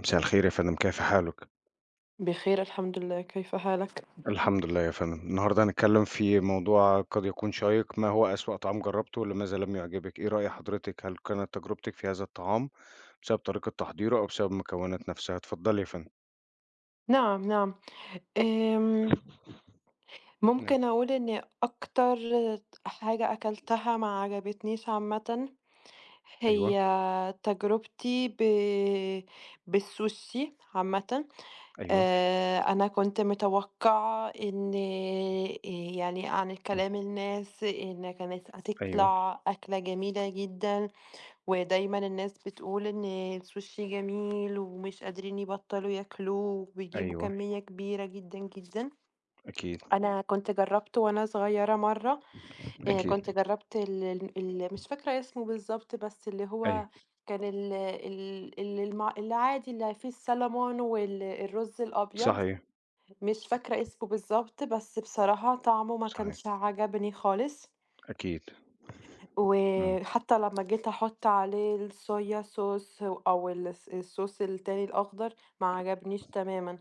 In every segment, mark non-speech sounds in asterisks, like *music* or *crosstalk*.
مساء الخير يا فندم، كيف حالك؟ بخير الحمد لله، كيف حالك؟ الحمد لله يا فندم، النهارده هنتكلم في موضوع قد يكون شيق، ما هو أسوأ طعام جربته لماذا لم يعجبك؟ إيه رأي حضرتك؟ هل كانت تجربتك في هذا الطعام بسبب طريقة تحضيره أو بسبب المكونات نفسها؟ اتفضلي يا فندم. نعم، نعم. آمم، نعم، ممكن أقول إن أكتر حاجة أكلتها ما عجبتنيش عامةً هي أيوه، تجربتي بالسوشي عامةً. أيوه، أنا كنت متوقعة إن يعني عن إمم، كلام الناس إن كانت أيوه، هتطلع أكلة جميلة جدًا، ودايمًا الناس بتقول إن السوشي جميل ومش قادرين يبطّلوا ياكلوه وبيجيبوا أيوه، كمية كبيرة جدًا، جدًا. أكيد، أنا كنت جرّبته وأنا صغيرة مرّة، كنت أكيد، جرّبت ال ال مش فاكرة اسمه بالضبط، بس اللي هو أيوه، كان ال ال ال الم العادي اللي فيه السالمون الرز الأبيض، صحيح، مش فاكرة اسمه بالضبط، بس بصراحة طعمه ما صحيح، كانش عجبني خالص. أكيد، إمم، وحتى لمّا جيت أحُط عليه الsoya sauce أو الصوص التاني الأخضر ما عجبنيش تمامًا.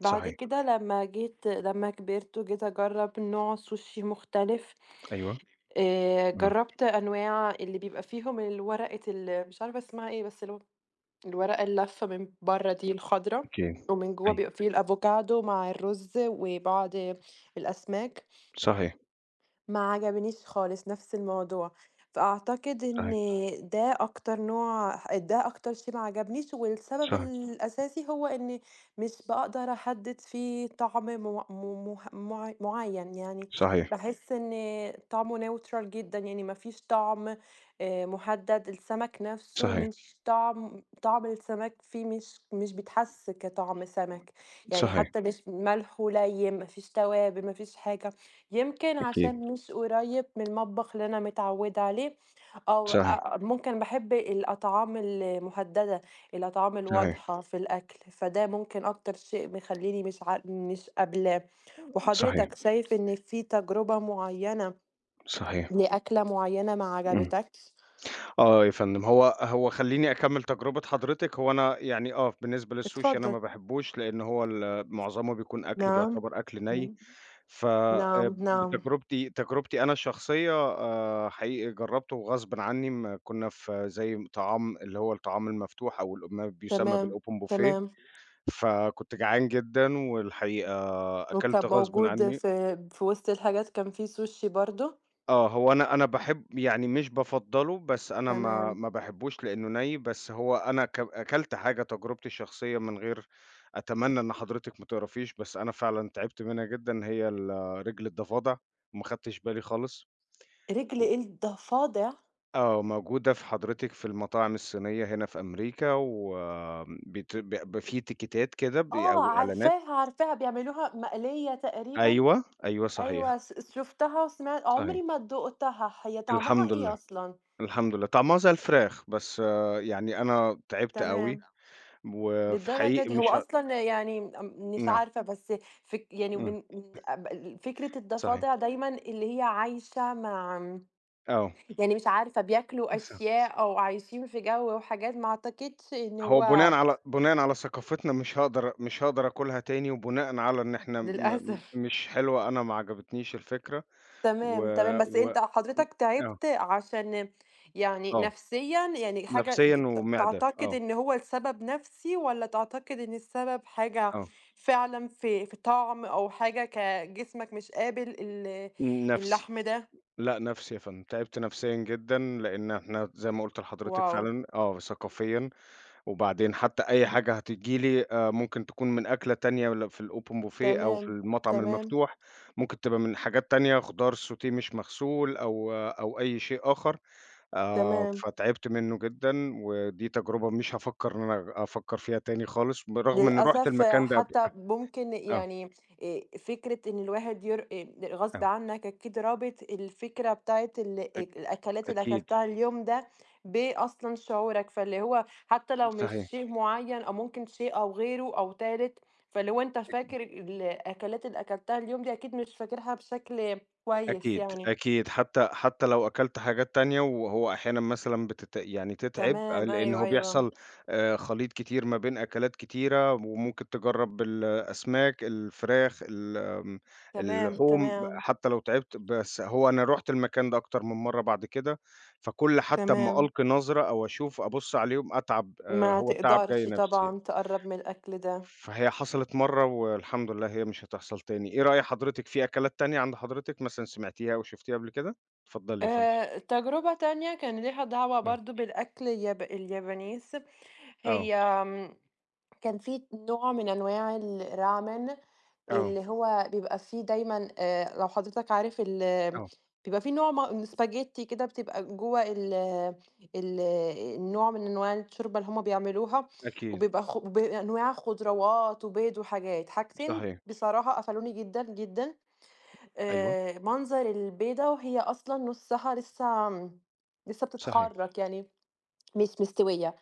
بعد صحيح، كده لمّا كبرت وجيت أجرّب نوع سوشي مختلف، أيوه، إمم، جرّبت أنواع اللي بيبقى فيهم الورقة مش عارفة اسمها إيه، بس اللي هو الورقة اللافة من برّه دي الخضرا، أكيد، ومن جوّه أيوه، بيبقى فيه الأفوكادو مع الرُز وبعض الأسماك. صحيح، ما عجبنيش خالص نفس الموضوع، فأعتقد إن صحيح، ده أكتر شيء ما عجبنيش، والسبب صحيح، الأساسي هو إن مش باقدر أحدد فيه طعم مو م مه مع معين، يعني صحيح، باحس إن طعمه neutral جدًا، يعني ما فيش طعم مُحدد، السمك نفسه صحيح، مش طعم السمك فيه مش بيتحس كطعم سمك، يعني صحيح، حتى مش ملحه ليّن، ما فيش توابل، ما فيش حاجة. يمكن أكيد، عشان مش قريب من المطبخ اللي أنا متعودة عليه، أو صحيح، ممكن باحب الأطعام المهدّدة، الأطعام صحيح، الواضحة في الأكل، فده ممكن أكتر شيء مخلّيني مش قابلاه. صحيح، وحضرتك شايف إن في تجربة معيّنة صحيح. لأكلة معيّنة ما إمم. عجبتكش؟ آه يا فندم، هو خلّيني أكمّل تجربة حضرتك. هو أنا يعني بالنسبة للسوشي أنا اتفضل. ما باحبّوش، لإن هو معظمه بيكون أكل نعم، بيعتبر أكل نَي. إمم، ف نعم، نعم، بتجربتي أنا الشخصية، حقيقي جرّبته وغصبٍ عنّي. كُنّا في زي طعام اللي هو الطعام المفتوح أو ما بيُسمّى تمام، بالopen buffet. تمام، فكنت جعان جدًا والحقيقة وكان أكلت غصبٍ موجود عنّي. في وسط الحاجات كان في سوشي برضه؟ آه، هو أنا باحب، يعني مش بافضّله، بس أنا ما تمام. ما باحبّوش لإنه ني. بس هو أنا أكلت حاجة، تجربتي الشخصية من غير أتمنى إن حضرتِك ما تعرفيش، بس أنا فعلًا تعبت منها جدًا. هي رِجل الضفادع، وما خدتش بالي خالص. رِجل و إيه الضفادع؟ آه، موجودة في حضرتِك في المطاعم الصينية هنا في أمريكا، وآمم بت ب في تيكيتات كده، آه أو إعلانات. عارفاها، عارفاها بيعملوها مقلية تقريبًا، أيوه، أيوه صحيح، أيوه، شُفتها وسمعت صحيح، عمري ما دُقتها، هي طعمها الحمد إيه لله، أصلًا؟ الحمد لله. طعمها زي الفراخ، بس آه، يعني أنا تعبت أوي. تمام، وفي للدرجة حقيقي دي، هو مش أصلًا يعني مش نعم، عارفة، بس يعني من إمم، من فكرة صحيح، الضفادع دايمًا اللي هي عايشة مع، آه، يعني مش عارفة بياكلوا صح. أشياء أو عايشين في جو وحاجات، ما أعتقدش إن هو بناءً هو على بناءً على ثقافتنا مش هاقدر آكلها تاني، وبناءً على إن إحنا م م للأسف. مش حلوة، أنا ما عجبتنيش الفكرة. و تمام، تمام، بس و أنت م حضرتك آه، تعبت عشان يعني آه، نفسيًا، يعني حاجة نفسيًا ج ت ومعدة، تعتقد آه، إن هو السبب نفسي والّا تعتقد إن السبب حاجة آه، فعلًا في طعم أو حاجة، جسمك مش قابل نفسي. اللحم ده؟ لأ نفسي يا فندم، تعبت نفسيًا جدًا، لإن إحنا زي ما قُلت لحضرتِك واو! فعلًا آه، ثقافيًا. وبعدين حتى أي حاجة هتيجي لي ممكن تكون من أكلة تانية، في الopen buffet أو تمام، في المطعم تمام، المفتوح، ممكن تبقى من حاجات تانية، خضار sauté مش مغسول أو أي شيء آخر. تمام. فتعبت منّه جدًا، ودي تجربة مش هافكّر إن أنا أفكّر فيها تاني خالص، بالرغم إنّي رُحت للأسف المكان ده قبل. حتى ممكن آه، يعني إيه فكرة إن الواحد إيه غصب آه، عنك أكيد رابط الفكرة بتاعت أك الأكلات اللي أكيد، أكلتها اليوم ده بأصلا شعورك، فاللي هو حتى لو مش صحيح. شيء معين أو ممكن شيء أو غيره أو تالت، فاللي هو أنت فاكر الأكلات اللي أكلتها اليوم دي أكيد مش فاكرها بشكل كويس أكيد، يعني. أكيد، حتى لو أكلت حاجات تانية. وهو أحيانًا مثلًا يعني تتعب، تمام، لأن أيوه، هو أيوه، بيحصل خليط كتير ما بين أكلات كتيرة، وممكن تجرّب الأسماك، الفراخ، ال آمم، تمام، اللحوم، تمام، حتى لو تعبت. بس هو أنا رُحت المكان ده أكتر من مرّة بعد كده، فكل حتى أمّا تمام، ألقي نظرة أو أشوف أبُص عليهم أتعب. ما هو التعب جاي تقدرش نَفْسي. طبعا تقرب من الأكل ده. فهي حصلت مرّة والحمد لله هي مش هتحصل تاني. إيه رأي حضرتِك في أكلات تانية عند حضرتِك، مثلًا سمعتيها أو شُفتيها قبل كده؟ اتفضّلي يا فندم. تجربة تانية كان ليها دعوة آه. برضه بالأكل اليابانيز، آه، هي كان في نوع من أنواع الRamen آه، اللي هو بيبقى فيه دايمًا، لو حضرتك عارف آه، بيبقى في نوع من spaghetti كده بتبقى جوّه ال ال النوع من أنواع الشوربة اللي هُم بيعملوها، أكيد، وبيبقى بأنواع خضروات وبيض وحاجات، حاجتين صحيح، بصراحة قفلوني جدًا، جدًا. أيوه، منظر البيضة وهي أصلًا نُصّها لسه صحيح، بتتخرّط يعني مش مستوية.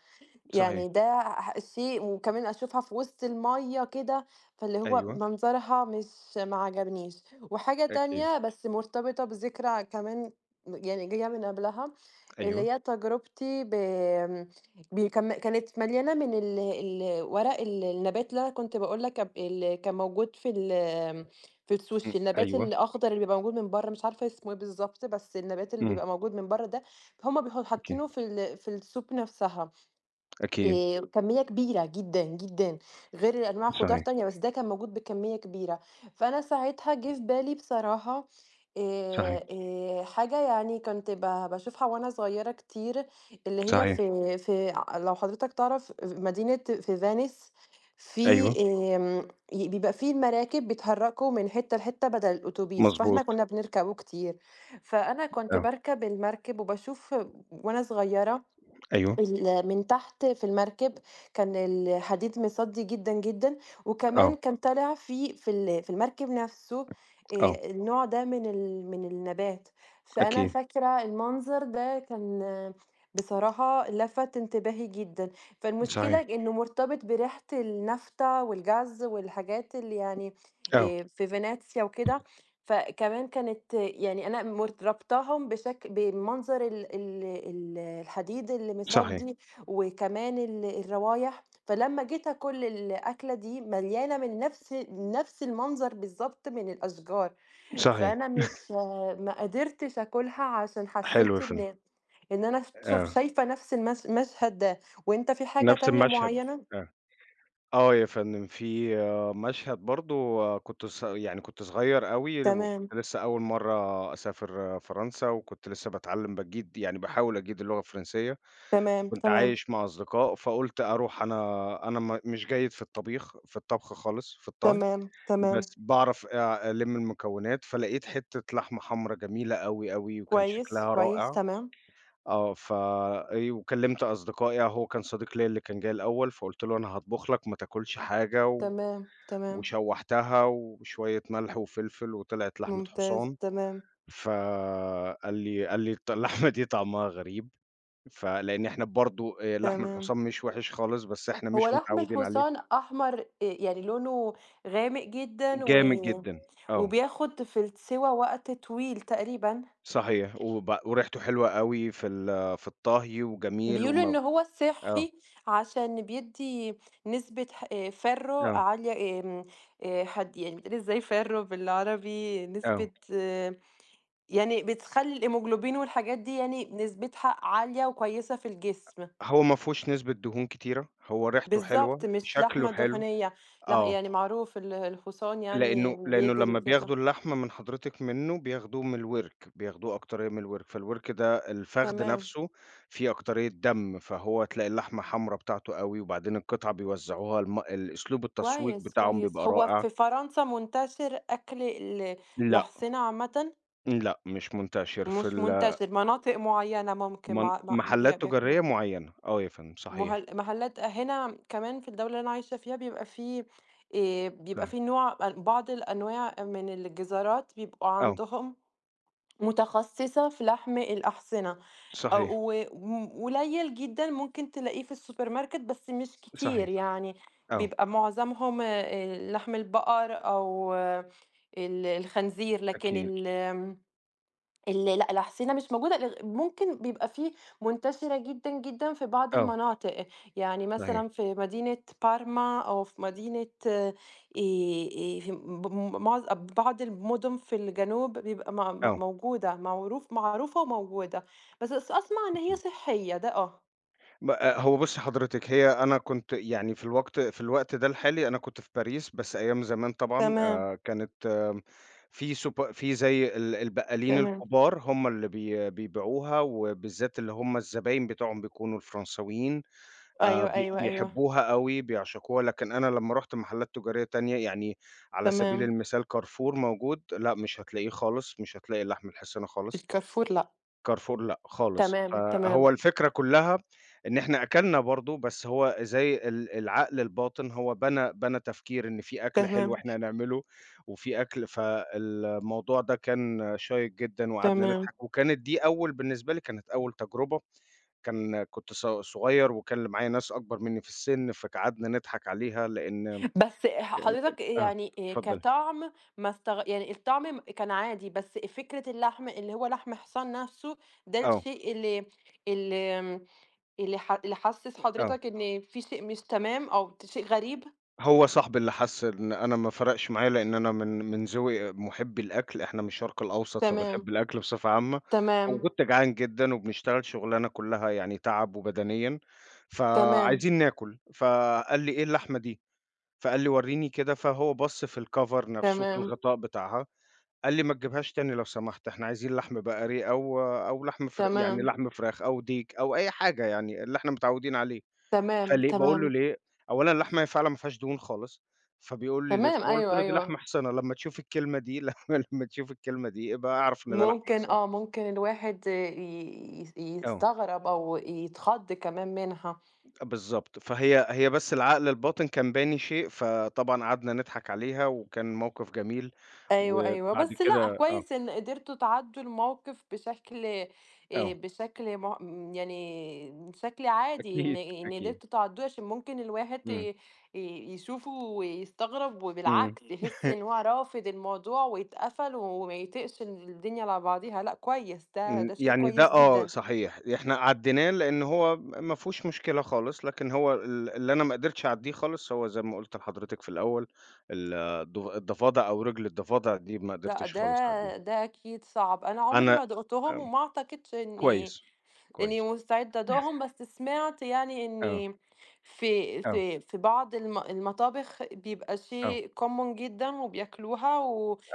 صحيح، يعني ده شيء وكمان أشوفها في وسط المَيّة كده، فاللي هو أيوه، منظرها مش ما عجبنيش. وحاجة أكيد، تانية بس مرتبطة بذكرى كمان، يعني جاية من قبلها، اللي أيوه، هي تجربتي ب ب كم كانت مليانة من ال ال ورق النبات اللي أنا كنت باقول لك، اللي كان موجود في في إمم، السوشي، النبات أيوه، الأخضر اللي بيبقى موجود من برّه، مش عارفة اسمه إيه بالضبط، بس النبات اللي إمم، بيبقى موجود من برّه ده، هُم بيبقوا أكيد، حاطينه في في الSoup نفسها. أكيد، كمية كبيرة جدًا، جدًا، غير أنواع خضار صحيح، تانية، بس ده كان موجود بكمية كبيرة. فأنا ساعتها جِه في بالي بصراحة صحيح، حاجة يعني كنت باشوفها وأنا صغيرة كتير، اللي هي صحيح، في لو حضرتك تعرف، مدينة في فينيس، في أيوه، آمم ي بيبقى في المراكب بيتحركوا من حتة لحتة بدل الأوتوبيس، فإحنا مضبوط، كنا بنركبه كتير. فأنا كنت آه، باركب المركب وباشوف وأنا صغيرة أيوه، من تحت في المركب، كان الحديد مصدي جدًا، جدًا، آه، وكمان كان طالع في في ال في المركب نفسه آه، النوع ده من من النبات، فأنا أكيد، فاكرة المنظر ده كان بصراحة لَفَت انتباهي جدًا، فالمشكلة صحيح، إنه مرتبط بريحة النفتة والجَزّ والحاجات اللي يعني آه، في فينيسيا وكده، فكمان كانت يعني أنا رابطاهم بشكل بمنظر ال ال ال الحديد اللي صحيح، مصدّي، وكمان الروايح، فلمّا جيت آكل الأكلة دي مليانة من نفس نفس المنظر بالضبط من الأشجار، صحيح، فأنا مش ما قدرتش آكلها عشان حلو حسّيت يا فندم، إن أنا آه، شايفة نفس المشهد ده، وأنت في حاجة نفس تانية المشهد، معيّنة؟ آه. آه يا فندم، في مشهد برضه، كنت يعني كنت صغير أوي، تمام، وكنت لسه أول مرّة أسافر فرنسا. وكنت لسه باتعلّم باجيد، يعني باحاول أجيد اللغة الفرنسية. تمام، وكنت تمام، عايش مع أصدقاء، فقُلت أروح. أنا مش جيد في الطبيخ في الطبخ خالص، في الطهي. تمام، تمام، بس باعرف ألِم المكونات. فلقيت حتّة لحمة حمرا جميلة أوي، أوي، وكان كويس، شكلها كويس، رائع. تمام. آه، وكلّمت أصدقائي. آه، هو كان صديق ليّا اللي كان جاي الأول، فقُلت له: "أنا هاطبخ لك وما تاكلش حاجة." و تمام، تمام، وشوّحتها وشوية ملح وفلفل وطلعت لحمة ممتاز، حصان. تمام، فقال لي: قال لي: *laughs* اللحمة دي طعمها غريب." فلإن إحنا برضه، لحم تمام. الحصان مش وِحِش خالص، بس إحنا هو مش لحم متعوّدين عليه. الحصان أحمر، يعني لونه غامق جدًا جامد جدًا، آه، وبياخد في السِوى وقت طويل تقريبًا. صحيح. وب وريحته حلوة أوي في في الطهي وجميل بيقولوا إن وما هو آه، صحّي عشان بيدّي نسبة ح فَرّه آه، عالية، حد يعني بيتقال إزاي فَرّه بالعربي؟ نسبة، آه. يعني بتخلّي الhemoglobin والحاجات دي يعني نسبتها عالية وكويسة في الجسم. هو ما فيهوش نسبة دهون كتيرة، هو ريحته بالضبط، حلوة، مش شكله لحمة حلو. دهونية، آه، يعني معروف الحصان يعني لإنه بيجري لمّا وكده، بياخدوا اللحمة من حضرتِك منه، بياخدوه من الورك، بياخدوه أكترية من الورك، فالورك ده الفخذ تمام، نفسه فيه أكترية دم. فهو تلاقي اللحمة حمرا بتاعته أوي. وبعدين القطعة بيوزعوها، الم الأسلوب التسويق كويس، بتاعهم كويس. بيبقى هو رائع. في فرنسا منتشر أكل لأ، الأحصنة عامةً؟ لأ، مش منتشر في مش ال. منتشر، مناطق معينة ممكن من مع مع بي محلات بياكلوها، تجارية معينة، آه يا فندم، صحيح، محلات هنا كمان في الدولة اللي أنا عايشة فيها بيبقى في، بيبقى صحيح، في نوع أن بعض الأنواع من الجزارات بيبقوا آه، عندهم متخصصة في لحم الأحصنة. آه، صحيح، و وم قليل جدًا ممكن تلاقيه في السوبر ماركت، بس مش كتير صحيح، يعني، آه، بيبقى معظمهم لحم البقر أو الخنزير، لكن أكيد، لأ، العسيلة مش موجودة، ممكن بيبقى في، منتشرة جدًا، جدًا في بعض آه، المناطق، يعني مثلًا صحيح، في مدينة بارما أو في مدينة ب م- معظ بعض المدن في الجنوب بيبقى م م آه. موجودة، معروفة وموجودة، بس أسمع إن هي أكيد. صحية ده. ب هو بُصّي حضرتِك، هي أنا كنت، يعني في الوقت ده الحالي أنا كنت في باريس، بس أيام زمان طبعًا تمام، كانت آه، في سوبر، في زي البقالين تمام. الكبار هم اللي بيبيعوها، وبالذات اللي هم الزباين بتوعهم بيكونوا الفرنساويين. أيوه، أيوه، أيوه. بيحبوها أوي، بيعشقوها. لكن أنا لمّا رُحت محلات تجارية تانية، يعني على سبيل تمام. المثال كارفور موجود، لأ مش هتلاقيه خالص، مش هتلاقي اللحم الحصينة في خالص. الكارفور لأ. كارفور لأ خالص. تمام، تمام، فهو الفكرة كلّها إن إحنا أكلنا برضه، بس هو زي العقل الباطن هو بنى تفكير إن في أكل حلو تمام، إحنا هنعمله، وفي أكل. فالموضوع ده كان شيّق جدًا وقعدنا تمام. نضحك، وكانت دي أول بالنسبة لي كانت أول تجربة. كان كنت صغيّر، وكان اللي معايا ناس أكبر منّي في السِن، فقعدنا نضحك عليها لإن بس كان حضرتك آه، يعني اتفضّلي. كطعم، ما استغ يعني الطعم كان عادي، بس فكرة اللحم اللي هو لحم حصان نَفْسه، ده آه، الشيء اللي اللي آمم، اللي ح اللي حسِّس آه. حضرتك إن في شيء مش تمام أو شيء غريب؟ هو صاحبي اللي حَس إن أنا ما فرقش معايا، لإن أنا من ذوقي مُحبّي الأكل، إحنا من الشرق الأوسط تمام، فبنحب الأكل بصفة عامة. تمام، وكنت جعان جدًا وبنشتغل شُغلانة كُلّها يعني تعب وبدنيًا، تمام، فعايزين ناكُل. فقال لي: "إيه اللحمة دي؟" فقال لي: "ورّيني كده." فهو بَص في الcover نَفْسه، في تمام، الغطاء بتاعها. قال لي: "ما تجيبهاش تاني لو سمحت، إحنا عايزين لحم بقري أو لحم يعني تمام، لحم فراخ أو ديك أو أي حاجة، يعني اللي إحنا متعوّدين عليه." تمام، فليه باقول تمام، له: "ليه؟" أولًا اللحمة هي فعلًا ما فيهاش دهون خالص، فبيقول لي: "ليه؟" تمام، فقُلت أيوه، له: "دي أيوه. لحمة حصانة، لمّا تشوف الكلمة دي *laughs* لمّا تشوف الكلمة دي ابقى اعرف إن ده لحمة ممكن، حصانة." ممكن الواحد ي ي آه، يستغرب أو يتخض كمان منها. بالضبط. فهي بس العقل الباطن كان باني شيء، فطبعًا قعدنا نضحك عليها وكان موقف جميل. أيوه، أيوه، وبعد بس لأ، كده آه، كويس إن قدرتوا تعدّوا الموقف آه، بشكل مه م يعني بشكل عادي، إن أكيد، إن أكيد. قدرتوا تعدّوه عشان ممكن الواحد ي إمم، ي يشوفه ويستغرب إمم. وبالعكس يحس إن *laughs* هو رافض الموضوع ويتقفل وما يطيقش الدنيا على بعضيها، لأ كويس، ده إمم، ده شيء يعني ده كويس آه، جدًا، صحيح، إحنا عدّيناه لإن هو ما فيهوش مشكلة خالص. لكن هو اللي أنا ما قدرتش أعدّيه خالص، هو زي ما قُلت لحضرتِك في الأول، ال الض الضفادع أو رجل الضفادع دي ما لأ قدرتش خالص أعدّيها. ده أكيد صعب، أنا عمري أنا ما دُقتهم آمم، وما أعتقدش إني كويس، إني كويس، مستعدة أدوقهم، بس سمعت يعني آه، إن في آه، في بعض المطابخ بيبقى آه، شيء common جدًا وبياكلوها،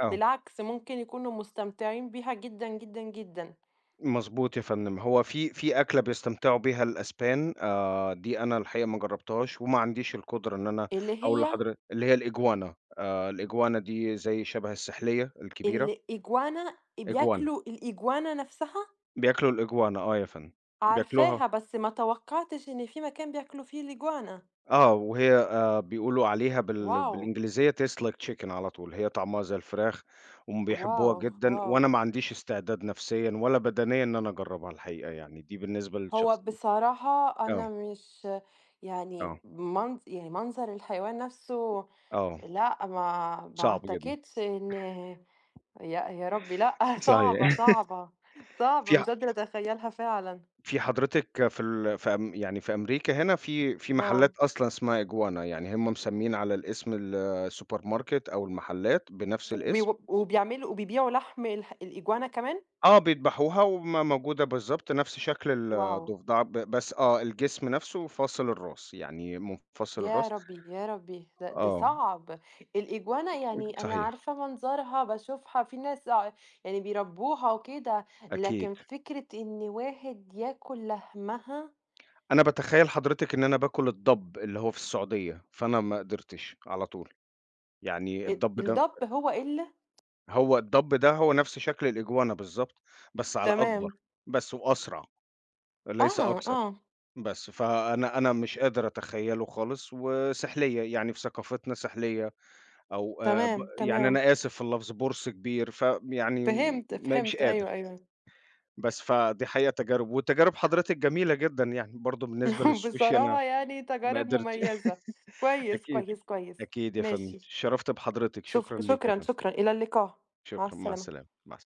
آه، ممكن يكونوا مستمتعين بيها جدًا، جدًا، جدًا، مضبوط يا فندم. هو في أكلة بيستمتعوا بيها الأسبان، دي أنا الحقيقة ما جرّبتهاش وما عنديش القدرة إن أنا اللي أقول هي لحضر، اللي هي الإجوانا. الإجوانا دي زي شبه السحلية الكبيرة، الإجوانا، إجوانا. بياكلوا الإجوانا نفسها، بياكلوا الإجوانا آه يا فندم، بياكلوها. عارفاها بس ما توقعتش إن في مكان بياكلوا فيه الإجوانا، آه، وهي بيقولوا عليها واو! بالإنجليزية taste like chicken على طول، هي طعمها زي الفراخ، وهُم واو! بيحبوها جدًا. واو! وأنا ما عنديش استعداد نفسيًا ولا بدنيًا إن أنا أجرّبها الحقيقة، يعني دي بالنسبة هو للشخص. بصراحة آه، أنا مش يعني آه، منظر الحيوان نفسه، آه، لأ، ما صعب جدًا، أعتقدش إن، يا يا ربي لأ، *laughs* صعبة، صحيح. *laughs* صعبة، صعبة في مش ح قادرة أتخيّلها فعلًا، في حضرتِك في أم يعني في أمريكا، هنا في نعم. محلات أصلًا اسمها إجوانا. يعني هُم مسميين على الاسم. الsupermarket أو المحلات بنفس وبي الاسم. وبيعملوا وبيبيعوا لحم الإجوانا كمان؟ آه، بيدبحوها وم موجودة بالضبط نفس شكل واو! الضفدع، بس آه، الجسم نفسه فاصل الراس، يعني منفصل يا الراس. ربي، يا ربي، ده آه، صعب. الإجوانا يعني أنا صحيح، عارفة منظرها، باشوفها، في ناس، يعني بيربوها وكده، أكيد. لكن فكرة إن واحد ياكل لحمها، أنا باتخيّل حضرتِك إن أنا باكل الضب اللي هو في السعودية، فأنا ما قدرتش على طول. يعني الضب ده الدب هو إلا هو الضب ده هو نفس شكل الإجوانا بالضبط، بس على أكبر، تمام، بس وأسرع، ليس آه، أكثر، آه، بس. فأنا أنا مش قادر أتخيّله خالص، وسحلية، يعني في ثقافتنا سحلية. أو ب تمام، يعني تمام. أنا آسف في اللفظ، بورس كبير، فيعني فهمت، مش فهمت، أيوه، قادر. أيوه. بس فدي حقيقة تجارب، وتجارب حضرتِك جميلة جدًا، يعني برضه بالنسبة *laughs* للسوشي أنا بصراحة يعني ما تجارب قدرتش. مميزة. *laughs* كويس، أكيد، كويس، كويس. أكيد يا فندم. ماشي. اتشرّفت بحضرتِك، شكرًا ليك يا شكرًا، فندم، شكرًا، إلى اللقاء. مع شكرًا، مع السلامة، السلامة. مع الس